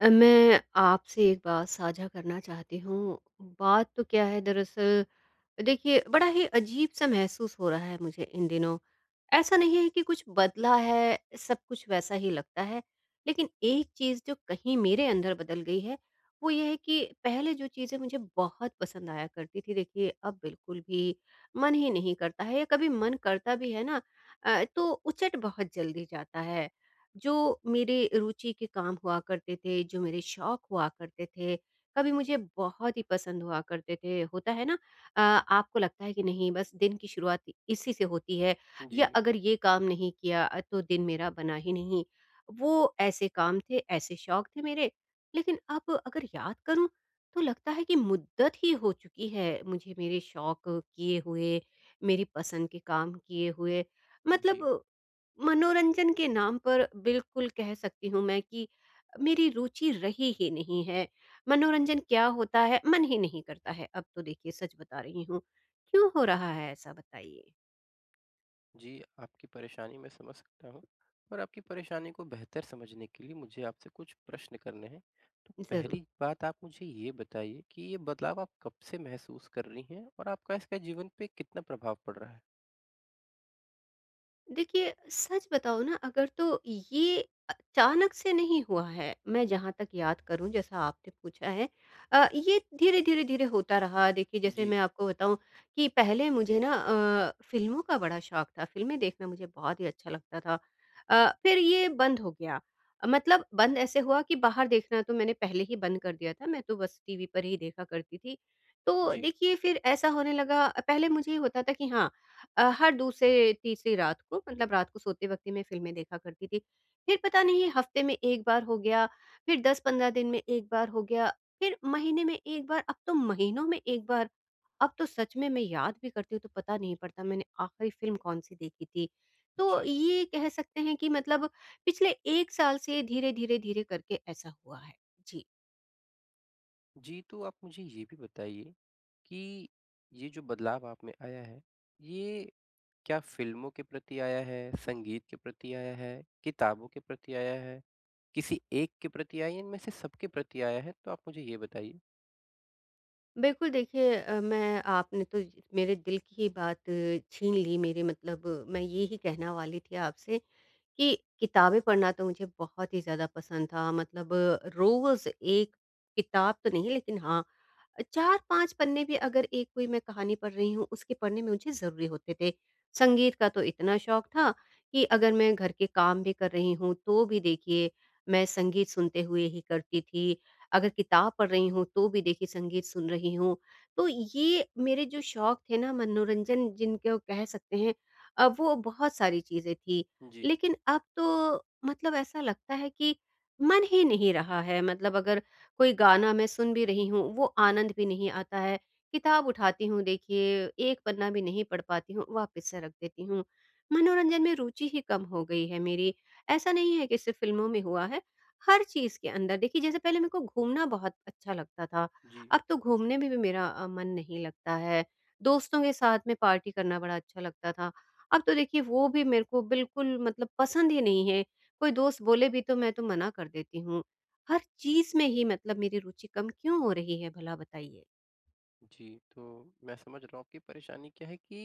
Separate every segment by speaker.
Speaker 1: मैं आपसे एक बात साझा करना चाहती हूँ। बात तो क्या है दरअसल देखिए बड़ा ही अजीब-सा महसूस हो रहा है मुझे इन दिनों। ऐसा नहीं है कि कुछ बदला है, सब कुछ वैसा ही लगता है। लेकिन एक चीज़ जो कहीं मेरे अंदर बदल गई है, वो ये है कि पहले जो चीज़ें मुझे बहुत पसंद आया करती थी देखिए अब बिल्कुल भी मन ही नहीं करता है या कभी मन करता भी है ना तो उचट बहुत जल्दी जाता है। जो मेरे रुचि के काम हुआ करते थे, जो मेरे शौक हुआ करते थे, कभी मुझे बहुत ही पसंद हुआ करते थे। होता है ना आपको लगता है कि नहीं बस दिन की शुरुआत इसी से होती है
Speaker 2: जी,
Speaker 1: या अगर ये काम नहीं किया तो दिन मेरा बना ही नहीं। वो ऐसे काम थे, ऐसे शौक थे मेरे। लेकिन अब अगर याद करूँ तो लगता है कि मुद्दत ही हो चुकी है मुझे मेरे शौक किए हुए, मेरी पसंद के काम किए हुए।
Speaker 2: जी,
Speaker 1: मतलब मनोरंजन के नाम पर बिल्कुल कह सकती हूँ मैं कि मेरी रुचि रही ही नहीं है। मनोरंजन क्या होता है? मन ही नहीं करता है। अब तो देखिए सच बता रही हूँ। क्यों हो रहा है ऐसा बताइए?
Speaker 2: जी, आपकी परेशानी मैं समझ सकता हूँ और आपकी परेशानी को बेहतर समझने के लिए मुझे आपसे कुछ प्रश्न करने हैं। तो
Speaker 1: ज़रूर।
Speaker 2: पहली बात आप मुझे ये बताइए कि ये बदलाव आप कब से महसूस कर रही हैं और आपका इसका जीवन पे कितना प्रभाव पड़ रहा है?
Speaker 1: देखिए, सच बताऊँ ना अगर तो ये अचानक से नहीं हुआ है, मैं जहाँ तक याद करूँ जैसा आपने पूछा है। ये धीरे-धीरे, धीरे धीरे होता रहा देखिए जैसे
Speaker 2: जी,
Speaker 1: मैं आपको बताऊँ कि पहले मुझे ना फ़िल्मों का बड़ा शौक था, फ़िल्में देखना मुझे बहुत ही अच्छा लगता था। फिर ये बंद हो गया, मतलब बंद ऐसे हुआ कि बाहर देखना तो मैंने पहले ही बंद कर दिया था, मैं तो बस टीवी पर ही देखा करती थी। तो
Speaker 2: जी,
Speaker 1: देखिए फिर ऐसा होने लगा पहले मुझे ये होता था कि हाँ, हर दूसरे तीसरी रात को मतलब रात को सोते वक़्त ही मैं फ़िल्में देखा करती थी। फिर पता नहीं हफ़्ते में 1 बार हो गया, फिर 10-15 दिन में 1 बार हो गया, फिर महीने में 1 बार, अब तो महीनों में 1 बार। अब तो सच में मैं याद भी करती हूँ तो पता नहीं पड़ता मैंने आखिरी फ़िल्म कौन-सी देखी थी। तो
Speaker 2: अच्छा।
Speaker 1: ये कह सकते हैं कि मतलब पिछले 1 साल से धीरे-धीरे, धीरे धीरे करके ऐसा हुआ है। जी।
Speaker 2: जी, तो आप मुझे ये भी बताइए कि ये जो बदलाव आप में आया है, ये क्या फ़िल्मों के प्रति आया है, संगीत के प्रति आया है, किताबों के प्रति आया है? किसी एक के प्रति आई है, इनमें से सबके प्रति आया है तो आप मुझे ये बताइए?
Speaker 1: बिल्कुल देखिए, मैं आपने तो मेरे दिल की ही बात छीन ली मेरे मतलब मैं ये ही कहना वाली थी आपसे कि किताबें पढ़ना तो मुझे बहुत ही ज़्यादा पसंद था मतलब रोज़ एक किताब तो नहीं लेकिन हाँ 4-5 पन्ने भी अगर एक कोई मैं कहानी पढ़ रही हूँ, उसके पढ़ने में मुझे ज़रूरी होते थे। संगीत का तो इतना शौक था कि अगर मैं घर के काम भी कर रही हूँ, तो भी देखिए मैं संगीत सुनते हुए ही करती थी। अगर किताब पढ़ रही हूँ, तो भी देखिए संगीत सुन रही हूँ। तो ये मेरे जो शौक थे ना मनोरंजन जिनको कह सकते हैं, वो बहुत सारी चीज़ें थी।
Speaker 2: जी,
Speaker 1: लेकिन अब तो मतलब ऐसा लगता है कि मन ही नहीं रहा है। मतलब अगर कोई गाना मैं सुन भी रही हूँ, वो आनंद भी नहीं आता है। किताब उठाती हूँ देखिए, एक पन्ना भी नहीं पढ़ पाती हूँ, वापस से रख देती हूँ। मनोरंजन में रुचि ही कम हो गई है मेरी। ऐसा नहीं है कि सिर्फ़ फ़िल्मों में हुआ है, हर चीज़ के अंदर देखिए जैसे पहले मेरे को घूमना बहुत अच्छा लगता था,
Speaker 2: जी।
Speaker 1: अब तो घूमने में भी मेरा मन नहीं लगता है। दोस्तों के साथ में पार्टी करना बड़ा अच्छा लगता था, अब तो देखिए वो भी मेरे को बिल्कुल मतलब पसंद ही नहीं है। कोई दोस्त बोले भी तो मैं तो मना कर देती हूँ। हर चीज़ में ही मतलब मेरी रुचि कम क्यों हो रही है भला बताइए?
Speaker 2: जी, तो मैं समझ रहा हूँ आपकी परेशानी क्या है कि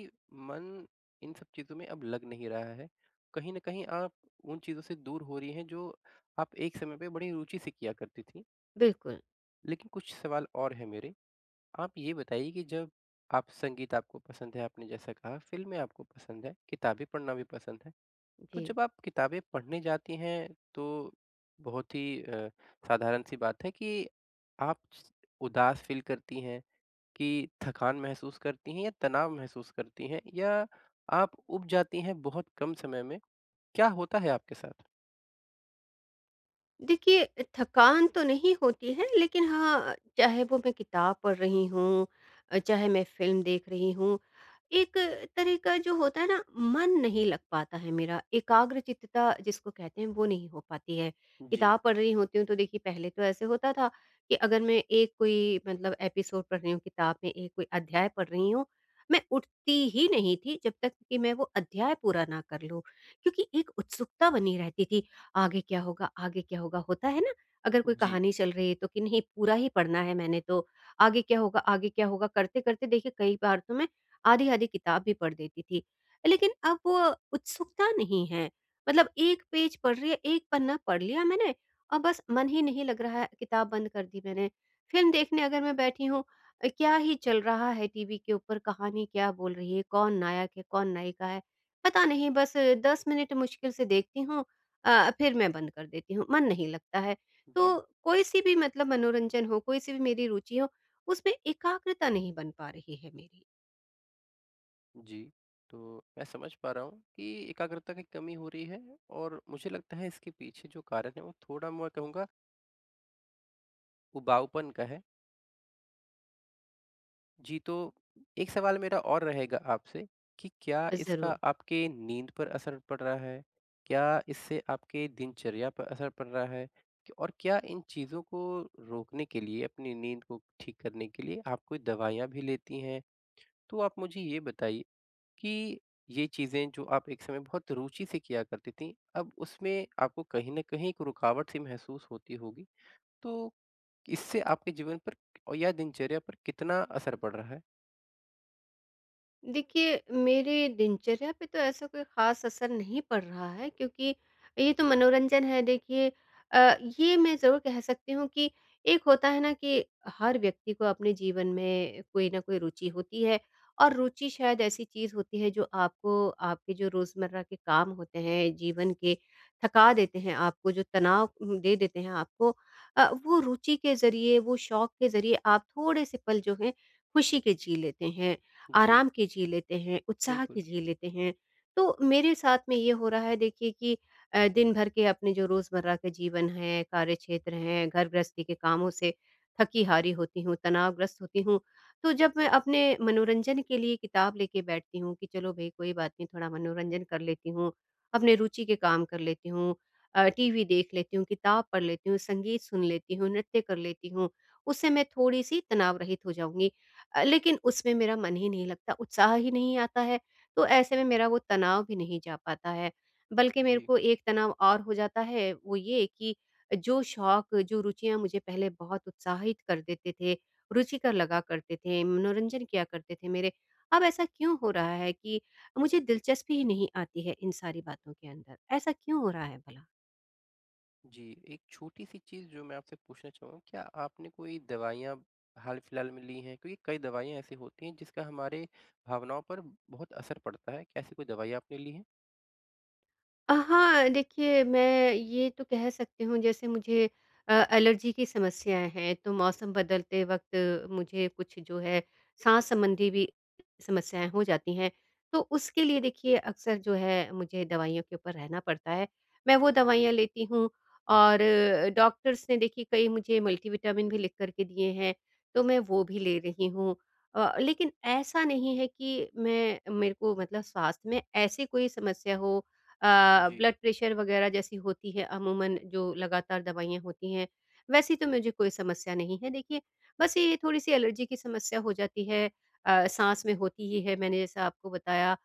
Speaker 2: मन इन सब चीज़ों में अब लग नहीं रहा है। कहीं न कहीं आप उन चीज़ों से दूर हो रही हैं जो आप एक समय पे बड़ी रुचि से किया करती थीं।
Speaker 1: बिल्कुल,
Speaker 2: लेकिन कुछ सवाल और हैं मेरे। आप ये बताइए कि जब आप संगीत आपको पसंद है, आपने जैसा कहा, फ़िल्में आपको पसंद हैं, किताबें पढ़ना भी पसंद है। तो
Speaker 1: जी।
Speaker 2: जब आप किताबें पढ़ने जाती हैं तो बहुत ही साधारण सी बात है कि आप उदास फील करती हैं कि थकान महसूस करती हैं या तनाव महसूस करती हैं या आप उब जाती हैं बहुत कम समय में, क्या होता है आपके साथ?
Speaker 1: देखिए, थकान तो नहीं होती है, लेकिन हाँ, चाहे वो मैं किताब पढ़ रही हूँ, चाहे मैं फ़िल्म देख रही हूँ, एक तरह का जो होता है ना, मन नहीं लग पाता है मेरा, एकाग्रचित्तता जिसको कहते हैं, वो नहीं हो पाती है।
Speaker 2: जी,
Speaker 1: किताब पढ़ रही होती हूँ, तो देखिए, पहले तो ऐसे होता था कि अगर मैं एक कोई मतलब एपिसोड पढ़ रही हूँ किताब में, एक कोई अध्याय पढ़ रही हूँ, मैं उठती ही नहीं थी, जब तक कि मैं वो अध्याय पूरा ना कर लूँ, क्योंकि एक उत्सुकता बनी रहती थी आगे क्या होगा होता है ना अगर कोई
Speaker 2: जी,
Speaker 1: कहानी चल रही है तो कि नहीं पूरा ही पढ़ना है मैंने तो आगे क्या होगा करते करते देखिए कई बार तो मैं आधी आधी किताब भी पढ़ देती थी लेकिन अब वो उत्सुकता नहीं है मतलब एक पेज पढ़ रही है एक पन्ना पढ़ लिया मैंने और बस मन ही नहीं लग रहा है किताब बंद कर दी मैंने फिल्म देखने अगर मैं बैठी हूँ, क्या ही चल रहा है टीवी के ऊपर कहानी क्या बोल रही है कौन नायक है कौन नायिका है पता नहीं बस दस मिनट मुश्किल से देखती हूँ, फिर मैं बंद कर देती हूँ, मन नहीं लगता है।
Speaker 2: जी,
Speaker 1: तो कोई-सी भी मतलब मनोरंजन हो, कोई-सी भी मेरी रुचि हो, उसमें एकाग्रता नहीं बन पा रही है मेरी।
Speaker 2: जी। तो मैं समझ पा रहा हूँ कि एकाग्रता की कमी हो रही है और मुझे लगता है इसके पीछे जो कारण है, वो थोड़ा मैं कहूँगा उबाऊपन का है। जी, तो एक सवाल मेरा और रहेगा आपसे कि क्या इसका
Speaker 1: ज़रूर।
Speaker 2: आपके नींद पर असर पड़ रहा है? क्या इससे आपके दिनचर्या पर असर पड़ रहा है? क और क्या इन चीज़ों को रोकने के लिए, अपनी नींद को ठीक करने के लिए आप कोई दवाइयाँ भी लेती हैं? तो आप मुझे ये बताइए कि ये चीज़ें जो आप एक समय बहुत रुचि से किया करती थीं, अब उसमें आपको कहीं न कहीं एक रुकावट सी महसूस होती होगी। तो इससे आपके जीवन पर और या दिनचर्या पर कितना असर पड़ रहा है?
Speaker 1: देखिए, मेरे दिनचर्या पे तो ऐसा कोई ख़ास असर नहीं पड़ रहा है क्योंकि ये तो मनोरंजन है देखिए, ये मैं ज़रूर कह सकती हूँ कि एक होता है ना कि हर व्यक्ति को अपने जीवन में कोई ना कोई रुचि होती है और रुचि शायद ऐसी चीज़ होती है जो आपको आपके जो रोज़मर्रा के काम होते हैं, जीवन के थका देते हैं आपको, जो तनाव दे देते हैं आपको, वो रुचि के ज़रिए, वो शौक के ज़रिए आप थोड़े-से पल जो हैं खुशी के जी लेते हैं।
Speaker 2: जी।
Speaker 1: आराम की जी लेते हैं, उत्साह की
Speaker 2: बिल्कुल,
Speaker 1: जी लेते हैं। तो मेरे साथ में ये हो रहा है देखिए कि दिन भर के अपने जो रोज़मर्रा के जीवन है, कार्य क्षेत्र हैं, घर गृहस्थी के कामों से थकी-हारी होती हूँ, तनावग्रस्त होती हूँ। तो जब मैं अपने मनोरंजन के लिए किताब लेके बैठती हूँ कि चलो भई कोई बात नहीं थोड़ा मनोरंजन कर लेती हूँ, अपने रुचि के काम कर लेती हूँ, टीवी देख लेती हूँ, किताब पढ़ लेती हूँ, संगीत सुन लेती हूँ, नृत्य कर लेती हूँ, उससे मैं थोड़ी-सी तनाव रहित हो जाऊँगी। लेकिन उसमें मेरा मन ही नहीं लगता, उत्साह ही नहीं आता है, तो ऐसे में मेरा वो तनाव भी नहीं जा पाता है। बल्कि मेरे
Speaker 2: जी,
Speaker 1: को एक तनाव और हो जाता है, वो ये कि जो शौक, जो रुचियाँ मुझे पहले बहुत उत्साहित कर देते थे, रुचिकर लगा करते थे, मनोरंजन किया करते थे मेरे, अब ऐसा क्यों हो रहा है कि मुझे दिलचस्पी ही नहीं आती है इन सारी बातों के अंदर? ऐसा क्यों हो रहा है भला?
Speaker 2: जी। एक छोटी-सी चीज़ जो मैं आपसे पूछना चाहूँगा, क्या आपने कोई दवाइयाँ हाल-फिलहाल में ली हैं? क्योंकि कई दवाइयाँ ऐसी होती हैं जिसका हमारे भावनाओं पर बहुत असर पड़ता है, क्या ऐसी कोई दवाई आपने ली है?
Speaker 1: हाँ, देखिए मैं ये तो कह सकती हूँ जैसे मुझे एलर्जी की समस्याएँ हैं, तो मौसम बदलते वक़्त मुझे कुछ जो है साँस संबंधी भी समस्याएँ हो जाती हैं। तो उसके लिए देखिए अक्सर जो है मुझे दवाइयों के ऊपर रहना पड़ता है। मैं वो दवाइयाँ लेती हूँ और डॉक्टर्स ने देखिए कई मुझे मल्टीविटामिन भी लिख कर के दिए हैं, तो मैं वो भी ले रही हूँ। लेकिन ऐसा नहीं है कि मैं मेरे को मतलब स्वास्थ्य में ऐसी कोई समस्या हो,
Speaker 2: जी,
Speaker 1: ब्लड प्रेशर वगैरह जैसी होती है अमूमन जो लगातार दवाइयाँ होती हैं, वैसी तो मुझे कोई समस्या नहीं है देखिए, बस ये थोड़ी-सी एलर्जी की समस्या हो जाती है, साँस में होती ही है मैंने जैसा आपको बताया।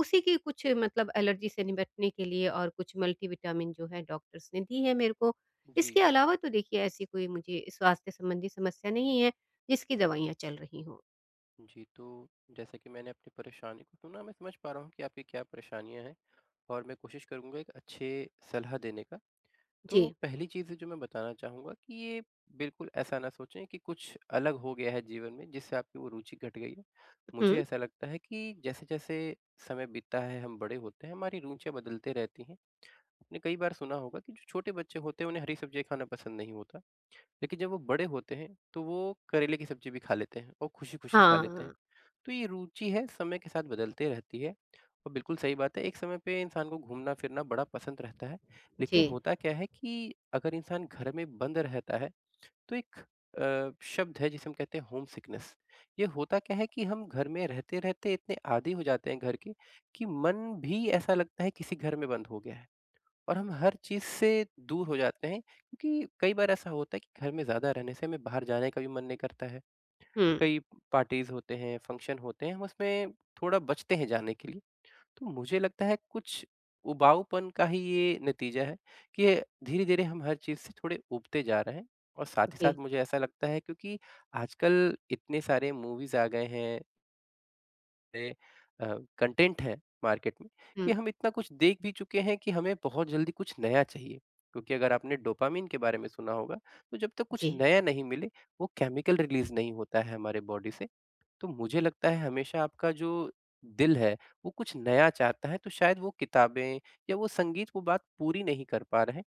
Speaker 1: उसी की कुछ मतलब एलर्जी से निपटने के लिए और कुछ मल्टीविटामिन जो है डॉक्टर्स ने दी है मेरे को। इसके
Speaker 2: जी,
Speaker 1: अलावा तो देखिए ऐसी कोई मुझे स्वास्थ्य संबंधी समस्या नहीं है, जिसकी दवाइयाँ चल रही हों।
Speaker 2: जी। तो जैसा कि मैंने अपनी परेशानी को सुना, मैं समझ पा रहा हूँ कि आपकी क्या परेशानियाँ हैं और मैं कोशिश करूँगा एक अच्छे सलाह देने का।
Speaker 1: जी।
Speaker 2: तो पहली चीज़ जो मैं बताना चाहूँगा कि ये बिल्कुल ऐसा ना सोचें कि कुछ अलग हो गया है जीवन में जिससे आपकी वो रुचि घट गई है। मुझे
Speaker 1: हुँ।
Speaker 2: ऐसा लगता है कि जैसे-जैसे समय बीतता है, हम बड़े होते हैं, हमारी रुचियाँ बदलते रहती हैं। आपने कई बार सुना होगा कि जो छोटे बच्चे होते हैं, उन्हें हरी सब्ज़ियाँ खाना पसंद नहीं होता, लेकिन जब वो बड़े होते हैं, तो वो करेले की सब्ज़ी भी खा लेते हैं और खुशी-खुशी खा लेते हैं।
Speaker 1: हाँ,
Speaker 2: तो ये रुचि है समय के साथ बदलते रहती है और बिल्कुल सही बात है। एक समय पे इंसान को घूमना-फिरना बड़ा पसंद रहता है।
Speaker 1: जी।
Speaker 2: लेकिन होता क्या है कि अगर इंसान घर में बंद रहता है, तो एक शब्द है जिसे हम कहते हैं होम सिकनेस। ये होता क्या है कि हम घर में रहते-रहते इतने आदी हो जाते हैं घर के कि मन भी ऐसा लगता है किसी घर में बंद हो गया है और हम हर चीज़ से दूर हो जाते हैं, क्योंकि कई बार ऐसा होता है कि घर में ज़्यादा रहने से हमें बाहर जाने का भी मन नहीं करता है।
Speaker 1: हुँ,
Speaker 2: कई पार्टीज़ होते हैं, फंक्शन होते हैं, हम उसमें थोड़ा बचते हैं जाने के लिए। तो मुझे लगता है कुछ उबाऊपन का ही ये नतीजा है कि ये धीरे-धीरे हम हर चीज़ से थोड़े उबते जा रहे हैं और साथ ही साथ
Speaker 1: जी।
Speaker 2: मुझे ऐसा लगता है, क्योंकि आजकल इतने सारे मूवीज़ आ गए हैं, नए अ, कंटेंट है मार्केट में, कि
Speaker 1: हुँ,
Speaker 2: हम इतना कुछ देख भी चुके हैं कि हमें बहुत जल्दी कुछ नया चाहिए। क्योंकि अगर आपने डोपामाइन के बारे में सुना होगा, तो जब तक कुछ
Speaker 1: जी।
Speaker 2: नया नहीं मिले, वो केमिकल रिलीज़ नहीं होता है हमारे बॉडी से। तो मुझे लगता है हमेशा आपका जो दिल है, वो कुछ नया चाहता है, तो शायद वो किताबें या वो संगीत वो बात पूरी नहीं कर पा रहे हैं।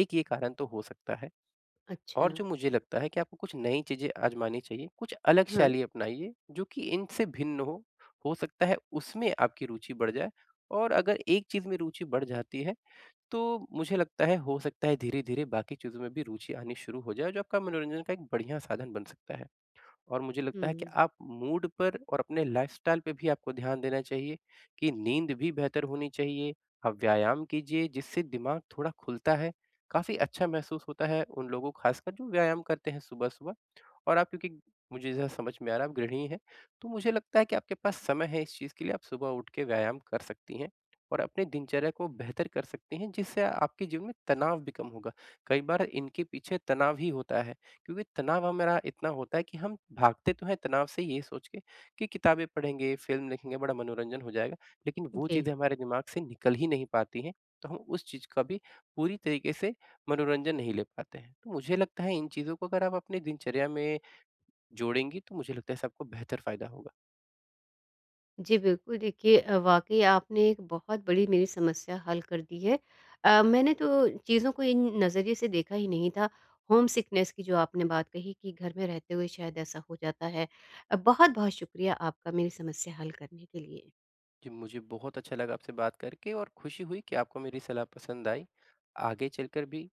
Speaker 2: एक ये कारण तो हो सकता है
Speaker 1: अच्छा।
Speaker 2: और जो मुझे लगता है कि आपको कुछ नई चीज़ें आज़मानी चाहिए, कुछ अलग
Speaker 1: हाँ,
Speaker 2: शैली अपनाइए, जो कि इनसे भिन्न हो। हो सकता है उसमें आपकी रुचि बढ़ जाए और अगर एक चीज़ में रुचि बढ़ जाती है, तो मुझे लगता है हो सकता है धीरे-धीरे बाकी चीज़ों में भी रुचि आनी शुरू हो जाए, जो आपका मनोरंजन का एक बढ़िया साधन बन सकता है। और मुझे लगता है कि
Speaker 1: हुँ।
Speaker 2: आप मूड पर और अपने लाइफ़स्टाइल पे भी आपको ध्यान देना चाहिए कि नींद भी बेहतर होनी चाहिए। आप व्यायाम कीजिए जिससे दिमाग थोड़ा खुलता है। काफ़ी अच्छा महसूस होता है उन लोगों खासकर जो व्यायाम करते हैं सुबह-सुबह। और आप, क्योंकि मुझे जैसा समझ में आ रहा है आप गृहिणी हैं, तो मुझे लगता है कि आपके पास समय है इस चीज़ के लिए, आप सुबह उठ के व्यायाम कर सकती हैं और अपने दिनचर्या को बेहतर कर सकती हैं, जिससे आपके जीवन में तनाव भी कम होगा। कई बार इनके पीछे तनाव ही होता है, क्योंकि तनाव हमारा इतना होता है कि हम भागते तो हैं तनाव से ये सोच के कि किताबें पढ़ेंगे, फ़िल्म देखेंगे, बड़ा मनोरंजन हो जाएगा, लेकिन वो
Speaker 1: जी।
Speaker 2: चीज़ें हमारे दिमाग से निकल ही नहीं पाती हैं, तो हम उस चीज़ का भी पूरी तरीके से मनोरंजन नहीं ले पाते हैं। तो मुझे लगता है इन चीज़ों को अगर आप अपनी दिनचर्या में जोड़ेंगी, तो मुझे लगता है इससे आपको बेहतर फ़ायदा होगा।
Speaker 1: जी, बिल्कुल देखिए, वाक़ई आपने एक बहुत बड़ी मेरी समस्या हल कर दी है। मैंने तो चीज़ों को इन नज़रिए से देखा ही नहीं था। होम सिकनेस की जो आपने बात कही कि घर में रहते हुए शायद ऐसा हो जाता है। बहुत-बहुत शुक्रिया आपका मेरी समस्या हल करने के लिए।
Speaker 2: जी, मुझे बहुत अच्छा लगा आपसे बात करके और खुशी हुई कि आपको मेरी सलाह पसंद आई। आगे चलकर भी